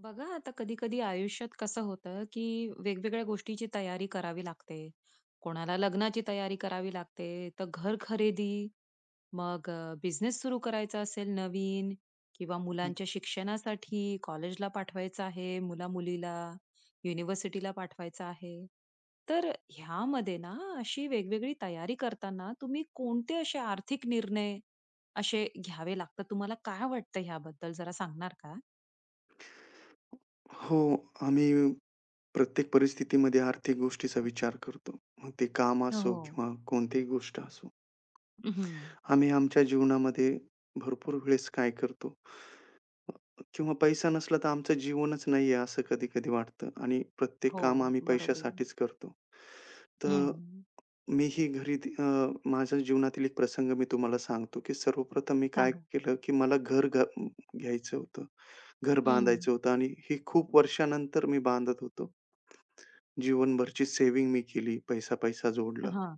बघा, आता कधी कधी आयुष्यात कसं होतं की वेगवेगळ्या गोष्टीची तयारी करावी लागते. कोणाला लग्नाची तयारी करावी लागते, तर घर खरेदी, मग बिझनेस सुरू करायचा असेल नवीन, किंवा मुलांच्या शिक्षणासाठी कॉलेजला पाठवायचं आहे, मुला-मुलीला युनिव्हर्सिटीला पाठवायचं आहे. तर ह्यामध्ये ना, अशी वेगवेगळी तयारी करताना तुम्ही कोणते असे आर्थिक निर्णय असे घ्यावे लागतात? तुम्हाला काय वाटतं ह्याबद्दल जरा सांगणार का? हो, आम्ही प्रत्येक परिस्थितीमध्ये आर्थिक गोष्टीचा विचार करतो. मग ते काम असो हो. किंवा कोणतीही गोष्ट असो. हं. आम्ही आमच्या जीवनामध्ये भरपूर वेळेस काय करतो किंवा पैसा नसला तर आमचं जीवनच नाहीये असं कधी-कधी वाटतं आणि प्रत्येक हो, काम आम्ही बरोबर. पैशासाठीच करतो. तर हं. मीही घरी, माझ्या जीवनातील एक प्रसंग मी तुम्हाला सांगतो, की सर्वप्रथम मी काय सांगा. केलं, की मला घर घ घ्यायचं होतं. घर हं. बांधायचं होतं आणि हे खूप वर्षानंतर मी बांधत होतो. जीवनभरची सेव्हिंग मी केली, पैसा-पैसा जोडला हां.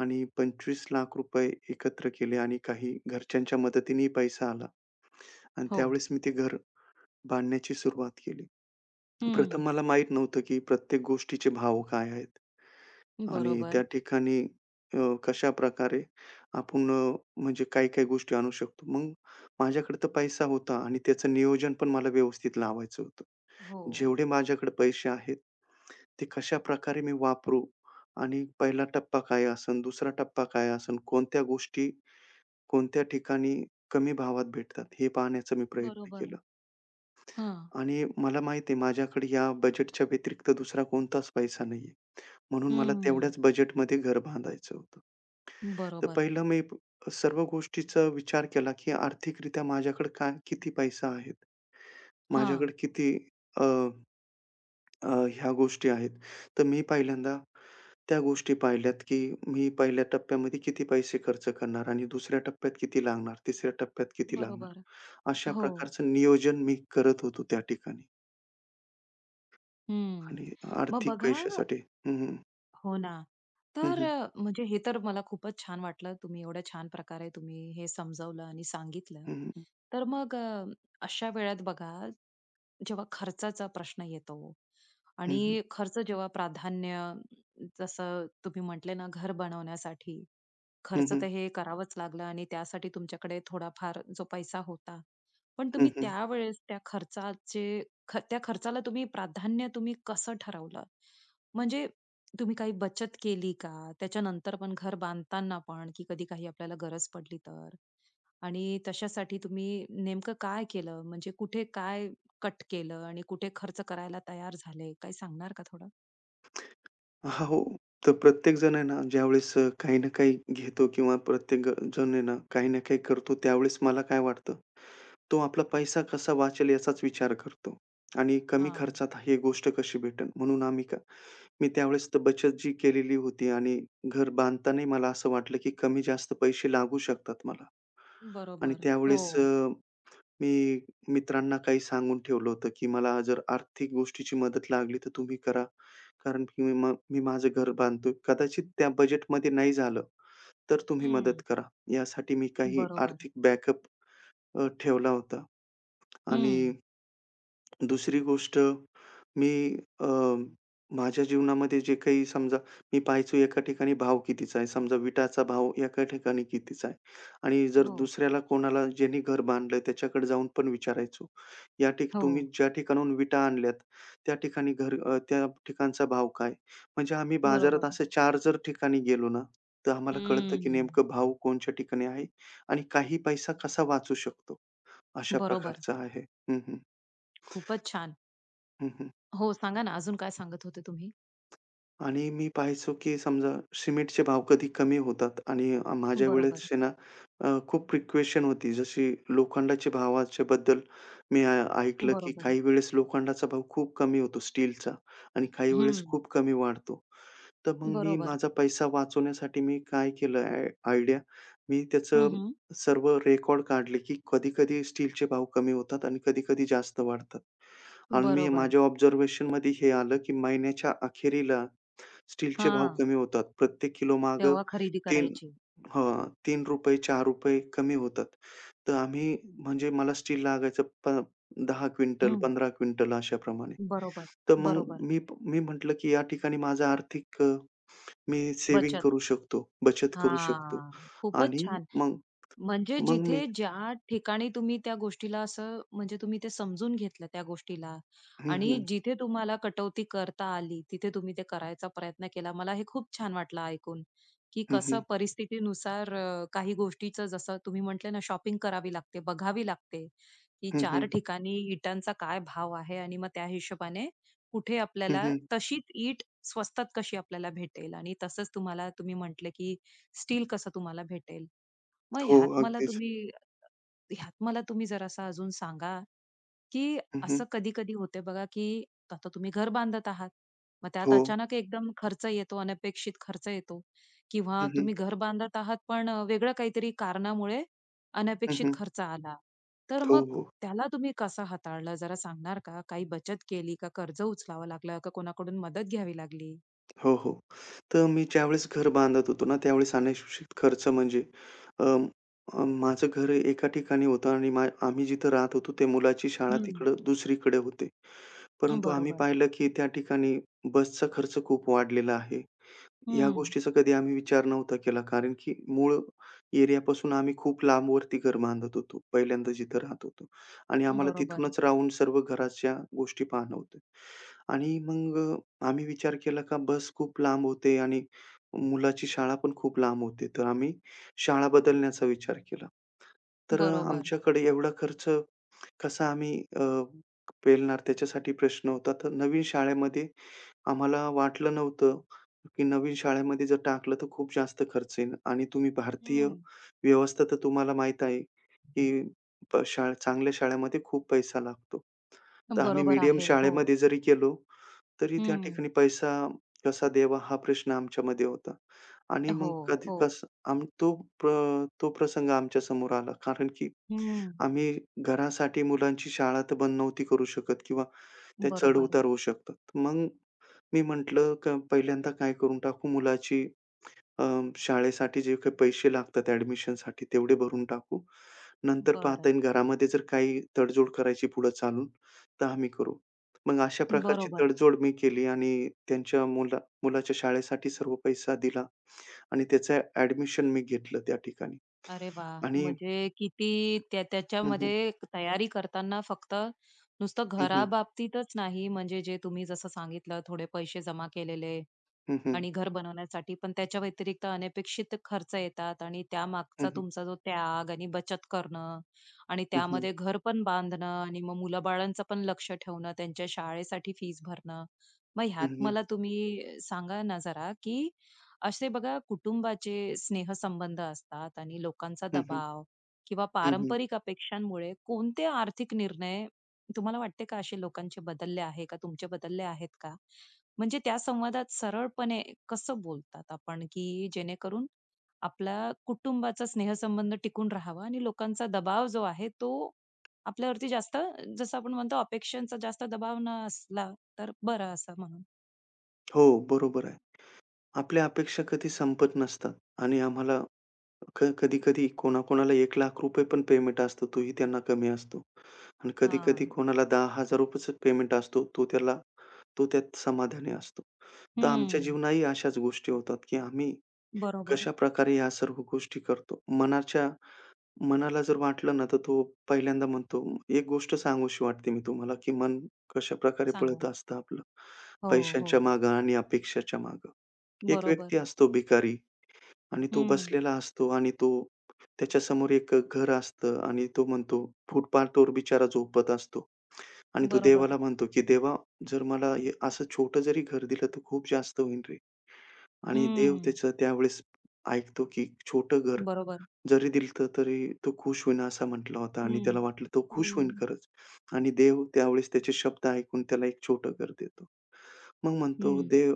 आणि ₹25,00,000 एकत्र केले आणि काही घरच्यांच्या मदतीनेही पैसा आला. आणि हो. त्यावेळेस मी ते घर बांधण्याची सुरुवात केली. हं. प्रथम मला माहीत नव्हतं, की प्रत्येक गोष्टीचे भाव काय आहेत? आणि त्या बरोबर. ठिकाणी अ, कशाप्रकारे आपण, म्हणजे काही-काही गोष्टी आणू शकतो. मग माझ्याकडे तर पैसा होता आणि त्याचं नियोजन पण मला व्यवस्थित लावायचं होतं. हो. जेवढे माझ्याकडे पैसे आहेत, ते कशाप्रकारे मी वापरू? आणि पहिला टप्पा काय असेल, दुसरा टप्पा काय असेल, कोणत्या गोष्टी कोणत्या ठिकाणी कमी भावात भेटतात, हे पाहण्याचा मी प्रयत्न बरोबर. केला. हां. आणि मला माहिती आहे माझ्याकडे या बजेटच्या व्यतिरिक्त दुसरा कोणताच पैसा नाहीये. म्हणून मला हं. तेवढ्याच बजेटमध्ये घर बांधायचं होतं. तर बरोबर. पहिलं सर्व गोष्टीचा विचार केला, की आर्थिकरित्या माझ्याकडे काय किती पैसा आहेत? हां. माझ्याकडे किती अ, ह्या गोष्टी आहेत. तर मी पहिल्यांदा त्या गोष्टी पाहिल्यात, की मी पहिल्या टप्प्यामध्ये किती पैसे खर्च करणार आणि दुसऱ्या टप्प्यात किती लागणार, तिसऱ्या टप्प्यात किती लागणार. बरोबर. अशा हो. प्रकारचं नियोजन मी करत होतो त्या ठिकाणी हं. आणि मग आर्थिक बघा. पैशासाठी. हं, हं. हो ना. हं, तर हं. म्हणजे हे तर मला खूपच छान वाटलं. तुम्ही एवढ्या छान प्रकारे तुम्ही हे समजावलं आणि सांगितलं. हं, हं. तर मग अशा वेळात बघा, जेव्हा खर्चाचा प्रश्न येतो हं, आणि हं. खर्च जेव्हा प्राधान्य, जसं तुम्ही म्हटले ना, घर बनवण्यासाठी हं, खर्च हं. तर हे करावंच लागलं आणि त्यासाठी तुमच्याकडे थोडाफार जो पैसा होता. पण तुम्ही त्यावेळेस त्या खर्चाचे त्या खर्चाला तुम्ही प्राधान्य तुम्ही कसं ठरवलं? म्हणजे तुम्ही काही बचत केली का? त्याच्यानंतर पण घर बांधताना पण, की कधी काही आपल्याला गरज पडली तर? आणि तशासाठी तुम्ही नेमकं काय केलं? म्हणजे कुठे काय कट केलं आणि कुठे खर्च करायला तयार झाले? काही सांगणार का थोडं? हो. तर प्रत्येक जण आहे ना, ज्यावेळेस काही ना काही घेतो किंवा जण आहे ना, काही ना काही करतो त्यावेळेस मला काय वाटतं, तो आपला पैसा कसा वाचेल याचाच विचार करतो आणि कमी हां, खर्चात ही गोष्ट कशी भेटेल? म्हणून आम्ही का मी त्यावेळेस तर बचत जी केलेली होती आणि घर बांधतानाही मला असं वाटलं, की कमी-जास्त पैसे लागू शकतात मला. आणि बरोबर. हो. त्यावेळेस मी मित्रांना काही सांगून ठेवलं होतं, की मला जर आर्थिक गोष्टीची मदत लागली तर तुम्ही करा. कारण की मी माझं घर बांधतोय. कदाचित त्या बजेटमध्ये नाही झालं, तर तुम्ही हं. मदत करा. यासाठी मी काही बरोबर. आर्थिक बॅकअप ठेवला होता हं. आणि दुसरी गोष्ट मी, अ, माझ्या जीवनामध्ये जे काही समजा मी पाहायचो एका ठिकाणी भाव कितीचा आहे. समजा विटाचा भाव एका ठिकाणी कितीचा आहे आणि जर हो. दुसऱ्याला कोणाला ज्यांनी घर बांधलंय त्याच्याकडे जाऊन पण विचारायचो. या ठिक हो, तुम्ही ज्या ठिकाणाहून विटा आणल्यात, त्या ठिकाणी त्या ठिकाणचा भाव काय? म्हणजे आम्ही बाजारात बरोबर. असे 4 जर ठिकाणी गेलो ना, तर आम्हाला कळतं की हम्म. नेमकं भाव कोणच्या ठिकाणी आहे आणि काही पैसा कसा वाचू शकतो, अशा बरोबर. प्रकारचं आहे. हं, हं. खूपच छान. हं, हं. हो, सांगा ना अजून काय सांगत होते तुम्ही? आणि मी पाहायचो, की समजा सिमेंटचे भाव कधी कमी होतात आणि, माझ्या बरोबर, वेळेस आहे ना, खूप फ्रिक्वेशन होती. जशी लोखंडाच्या भावाच्या बद्दल मी, ऐकलं, की बरोबर. काही वेळेस लोखंडाचा भाव खूप कमी होतो स्टीलचा आणि काही वेळेस हं, खूप कमी वाढतो. तर मग मी बरोबर. माझा पैसा वाचवण्यासाठी मी काय केलं आयडिया, मी हं, त्याचं हं. सर्व रेकॉर्ड काढले, की कधी-कधी स्टीलचे भाव कमी होतात आणि कधी-कधी जास्त वाढतात. आणि मी बरोबर. माझ्या ऑब्झर्वेशनमध्ये हे आलं, की महिन्याच्या अखेरीला स्टीलचे भाव हां, कमी होतात. प्रत्येक किलोमागे तेव्हा खरेदी 3 करायची. हां, ₹3 ₹4 कमी होतात. तर आम्ही म्हणजे मला स्टील लागायचं प 10 क्विंटल, हं, 15 क्विंटल अशाप्रमाणे. बरोबर, तर मग बरोबर. मी मी म्हटलं, की या ठिकाणी माझं मी सेव्हिंग बचत. करू शकतो, बचत करू शकतो. हां, खूपच आणि छान. मग म्हणजे मग मी. जिथे ज्या ठिकाणी तुम्ही त्या गोष्टीला असं, म्हणजे तुम्ही ते समजून घेतलं त्या गोष्टीला हं, आणि हं. जिथे तुम्हाला कटौती करता आली, तिथे तुम्ही ते करायचा प्रयत्न केला. मला हे खूप छान वाटलं ऐकून, की हं, कसं हं. परिस्थितीनुसार काही गोष्टीचं जसं तुम्ही म्हटले ना, शॉपिंग करावी लागते, बघावी लागते, की हं, 4 हं. ठिकाणी इटांचा काय भाव आहे आणि मग त्या हिशोबाने कुठे हं, आपल्याला हं. तशीच ईट स्वस्तात कशी आपल्याला भेटेल, आणि तसंच तुम्हाला तुम्ही म्हटले, की स्टील कसं तुम्हाला भेटेल. मग हो, ह्यात मला अगदीच. तुम्ही ह्यात मला तुम्ही जरासा अजून सांगा, की हं, हं. असं कधी-कधी होते बघा, की आता तुम्ही घर बांधत आहात. मग त्यात हो. अचानक एकदम खर्च येतो, अनपेक्षित खर्च येतो, किंवा हं, हं. तुम्ही घर बांधत आहात, पण वेगळं काहीतरी कारणामुळे हं, अनपेक्षित हं. खर्च आला. तर हो, मग हो. त्याला तुम्ही कसं हाताळलं जरा सांगणार का? काही बचत केली का? कर्ज उचलावं लागलं का? कोणाकडून मदत घ्यावी लागली? हो, हो. तर मी ज्यावेळेस घर बांधत होतो ना, त्यावेळेस अनपेक्षित खर्च म्हणजे, अं, माझं घर एका ठिकाणी होतं आणि आम्ही जिथं राहत होतो, ते मुलाची शाळा हं. तिकडं दुसरीकडे होते. परंतु आम्ही बरोबर. पाहिलं, की त्या ठिकाणी बसचा खर्च खूप वाढलेला आहे. या हं. गोष्टीचा कधी आम्ही विचार नव्हता केला. कारण की मूळ एरियापासून आम्ही खूप लांबवरती घर बांधत होतो. पहिल्यांदा जिथं राहत होतो आणि आम्हाला बरोबर. तिथूनच राहून सर्व घराच्या गोष्टी पाहणं होतं. आणि मग, आम्ही विचार केला का बस खूप लांब होते आणि मुलाची शाळा पण खूप लांब होते. तर आम्ही शाळा बदलण्याचा विचार केला. तर, बरोबर. आमच्याकडे एवढा खर्च कसं आम्ही अ, पेलणार त्याच्यासाठी प्रश्न होता. तर नवीन शाळेमध्ये आम्हाला वाटलं नव्हतं, की नवीन शाळेमध्ये जर टाकलं तर खूप जास्त खर्च येईल आणि तुम्ही भारतीय हं. व्यवस्था तर तुम्हाला माहीत आहे, की शाळा चांगल्या शाळेमध्ये खूप पैसा लागतो. तर आम्ही बरोबर मीडियम आहे. हो. शाळेमध्ये जरी गेलो, तरी त्या हं. ठिकाणी पैसा कसा द्यावा हा प्रश्न आमच्यामध्ये होता आणि मग हो, कधी हो. कसं आम्ही प्र तो प्रसंग आमच्यासमोर आला कारण की हं. आम्ही घरासाठी मुलांची शाळा तर बंद नव्हती करू शकत किंवा ते बरोबर. चढ-उतार होऊ शकतात. मग मी म्हटलं, पहिल्यांदा काय करून टाकू मुलाची, अ, शाळेसाठी जे काही पैसे लागतात ॲडमिशनसाठी तेवढे भरून टाकू. नंतर पाहता बरं. येईल घरामध्ये जर काही तडजोड करायची पुढे चालून, तर आम्ही करू." मग अशा प्रकारची बरोबर. तडजोड मी केली आणि त्यांच्या मुलाच्या शाळेसाठी सर्व पैसा दिला आणि त्याचं ॲडमिशन मी घेतलं त्या ठिकाणी. अरे वाह! आणि म्हणजे किती त्या हं, हं. त्याच्यामध्ये तयारी करताना फक्त नुसतं हं, हं. घराबाबतीतच नाही, म्हणजे जे तुम्ही जसं सांगितलं थोडे पैसे जमा केलेले हं, हं. आणि घर बनवण्यासाठी. पण त्याच्या व्यतिरिक्त अनपेक्षित खर्च येतात आणि हं, त्यामागचा हं. तुमचा जो त्याग आणि बचत करणं, आणि त्यामध्ये घर पण बांधणं आणि मग मुलाबाळांचं पण लक्ष ठेवणं, त्यांच्या शाळेसाठी फीस भरणं. मग हं, ह्यात हं. मला तुम्ही सांगा ना जरा, की असे बघा कुटुंबाचे स्नेहसंबंध असतात आणि लोकांचा हं, हं. दबाव किंवा हं, हं. पारंपरिक अपेक्षांमुळे कोणते आर्थिक निर्णय तुम्हाला वाटते का असे लोकांचे बदलले आहे का? तुमचे बदलले आहेत का? म्हणजे त्या संवादात सरळपणे कसं बोलतात आपण, की जेणेकरून आपला कुटुंबाचा स्नेहसंबंध टिकून राहावा आणि लोकांचा दबाव जो आहे तो आपल्यावरती जास्त, जसं आपण म्हणतो अपेक्षांचा जास्त दबाव न असला तर बरं, असं म्हणून. हो, बरोबर आहे. आपल्या अपेक्षा कधी संपत नसतात आणि आम्हाला कधी-कधी कोणाकोणाला ₹1,00,000 पण पेमेंट असतो, तोही त्यांना कमी असतो. आणि कधी-कधी हां. कोणाला ₹10,000 पेमेंट असतो, तो त्यात समाधानी असतो. तर आमच्या हं. जीवनातही अशाच गोष्टी होतात, की आम्ही बरोबर. कशाप्रकारे ह्या सर्व गोष्टी करतो. मनाला जर वाटलं ना, तर तो पहिल्यांदा म्हणतो, एक गोष्ट सांगूशी वाटते मी तुम्हाला, की मन कशाप्रकारे सांगा. पळत असतं आपलं, हो, हो. पैशांच्या मागं आणि अपेक्षाच्या मागं. एक व्यक्ती बरोबर. असतो भिकारी आणि तो हं. बसलेला असतो आणि तो त्याच्यासमोर एक घर असतं आणि तो म्हणतो फुटपाथवर बिचारा झोपत असतो आणि तो बरोबर. देवाला म्हणतो, की "देवा, जर मला हे असं छोटं जरी घर दिलं, तर खूप जास्त होईल रे." आणि देव हं. त्याचं त्यावेळेस ऐकतो, की छोटं घर बरोबर. जरी दिलं तरी तो खुश होईन असा म्हटला होता आणि हं. त्याला वाटलं तो खुश हं. होईन खरंच आणि देव त्यावेळेस त्याचे शब्द ऐकून त्याला एक छोटं घर देतो. मग म्हणतो हं. देव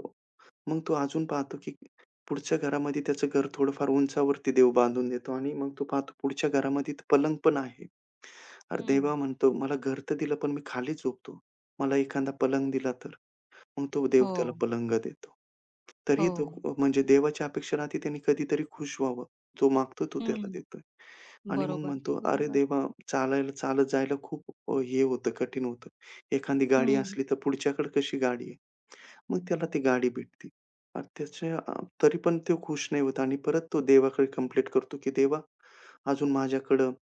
मग तो अजून पाहतो, की पुढच्या घरामध्ये त्याचं घर थोडंफार उंचावरती देव बांधून देतो आणि मग तो पाहतो पुढच्या घरामध्ये तर पलंग पण आहे. अरे हं. देवा म्हणतो, "मला घर तर दिलं पण मी खाली झोपतो. मला एखादा पलंग दिला तर?" मग तो देव त्याला हो, पलंग देतो. तरी हो. तो म्हणजे देवाच्या अपेक्षेला की त्यांनी कधीतरी खुश व्हावं. जो मागतो तो त्याला हं. देतोय. आणि मग बरोबर, म्हणतो, "अरे बरोबर. देवा, चालायला चालत जायला खूप, हे होतं, कठीण होतं. एखादी गाडी हं. असली तर पुढच्याकडे कशी गाडी आहे?" मग त्याला ती गाडी भेटते. आणि तरी पण तो खुश नाही होत आणि परत तो देवाकडे कंप्लीट करतो, की "देवा, अजून माझ्याकडं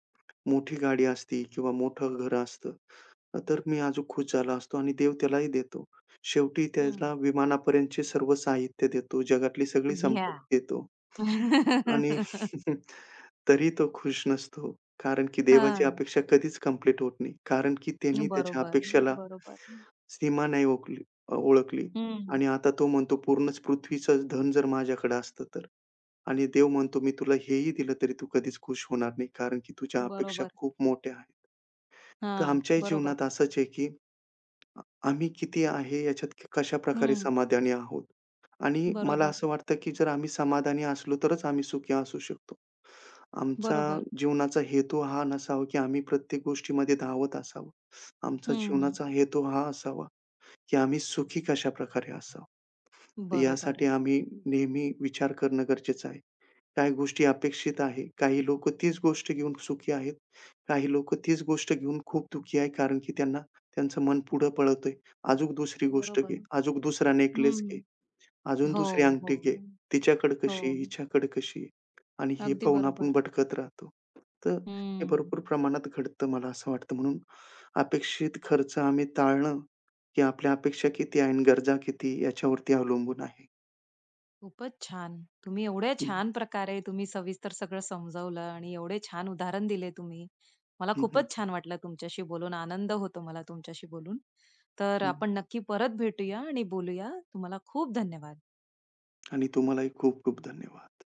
मोठी गाडी असती किंवा मोठं घर असतं, तर मी अजून खुश झाला असतो आणि देव त्यालाही देतो. शेवटी हं. त्याला विमानापर्यंतचे सर्व साहित्य देतो, जगातली सगळी घ्या. संपत्ती देतो आणि तरी तो खुश नसतो. कारण की देवाची हां. अपेक्षा कधीच कंप्लीट होत नाही. कारण की त्यांनी त्याच्या बरोबर, अपेक्षेला बरोबर. सीमा नाही ओळखली हं. आणि आता तो म्हणतो पूर्णच पृथ्वीचं धन जर माझ्याकडे असतं तर आणि देव म्हणतो मी तुला हेही दिलं तरी तू कधीच खुश होणार नाही कारण की तुझ्या अपेक्षा बरोबर. खूप मोठ्या आहेत. तर हां. आमच्याही बरोबर. जीवनात असंच आहे की आम्ही किती आहे याच्यात कशाप्रकारे हं. समाधानी आहोत आणि मला बरोबर, असं वाटतं, की जर आम्ही समाधानी असलो तरच आम्ही सुखी असू शकतो. आमचा बरोबर. जीवनाचा हेतू हा नसावा, की आम्ही प्रत्येक गोष्टीमध्ये धावत असावं. आमचा हं. जीवनाचा हेतू हा असावा, की आम्ही सुखी कशाप्रकारे असावं. तर बरोबर, यासाठी आम्ही नेहमी विचार करणं गरजेचं आहे. काही गोष्टी अपेक्षित आहे. काही लोकं तीच गोष्ट घेऊन सुखी आहेत. काही लोकं तीच गोष्ट घेऊन खूप दुःखी आहे, कारण की त्यांना त्यांचं मन पुढं पळतंय. अजून दुसरी गोष्ट बरोबर. घे, अजून दुसरा नेकलेस घे, हं. अजून हो, दुसरी हो, अंगठी घे. तिच्याकडे हो. कशी आहे, हिच्याकडे कशी आहे? आणि हे अगदी पाहून आपण बरोबर. भटकत राहतो. तर हे हं. भरपूर प्रमाणात घडतं मला असं वाटतं. म्हणून अपेक्षित खर्च आम्ही टाळणं, की आपल्या अपेक्षा किती आहे आणि गरजा किती याच्यावरती अवलंबून आहे. खूपच छान. तुम्ही एवढ्या हं, छान प्रकारे तुम्ही सविस्तर सगळं समजावलं आणि एवढे छान उदाहरण दिले तुम्ही. मला हं, हं, खूपच छान वाटलं तुमच्याशी बोलून. आनंद होतो मला तुमच्याशी बोलून. तर हं. आपण नक्की परत भेटूया आणि बोलूया. तुम्हाला खूप धन्यवाद. आणि तुम्हालाही खूप खूप धन्यवाद.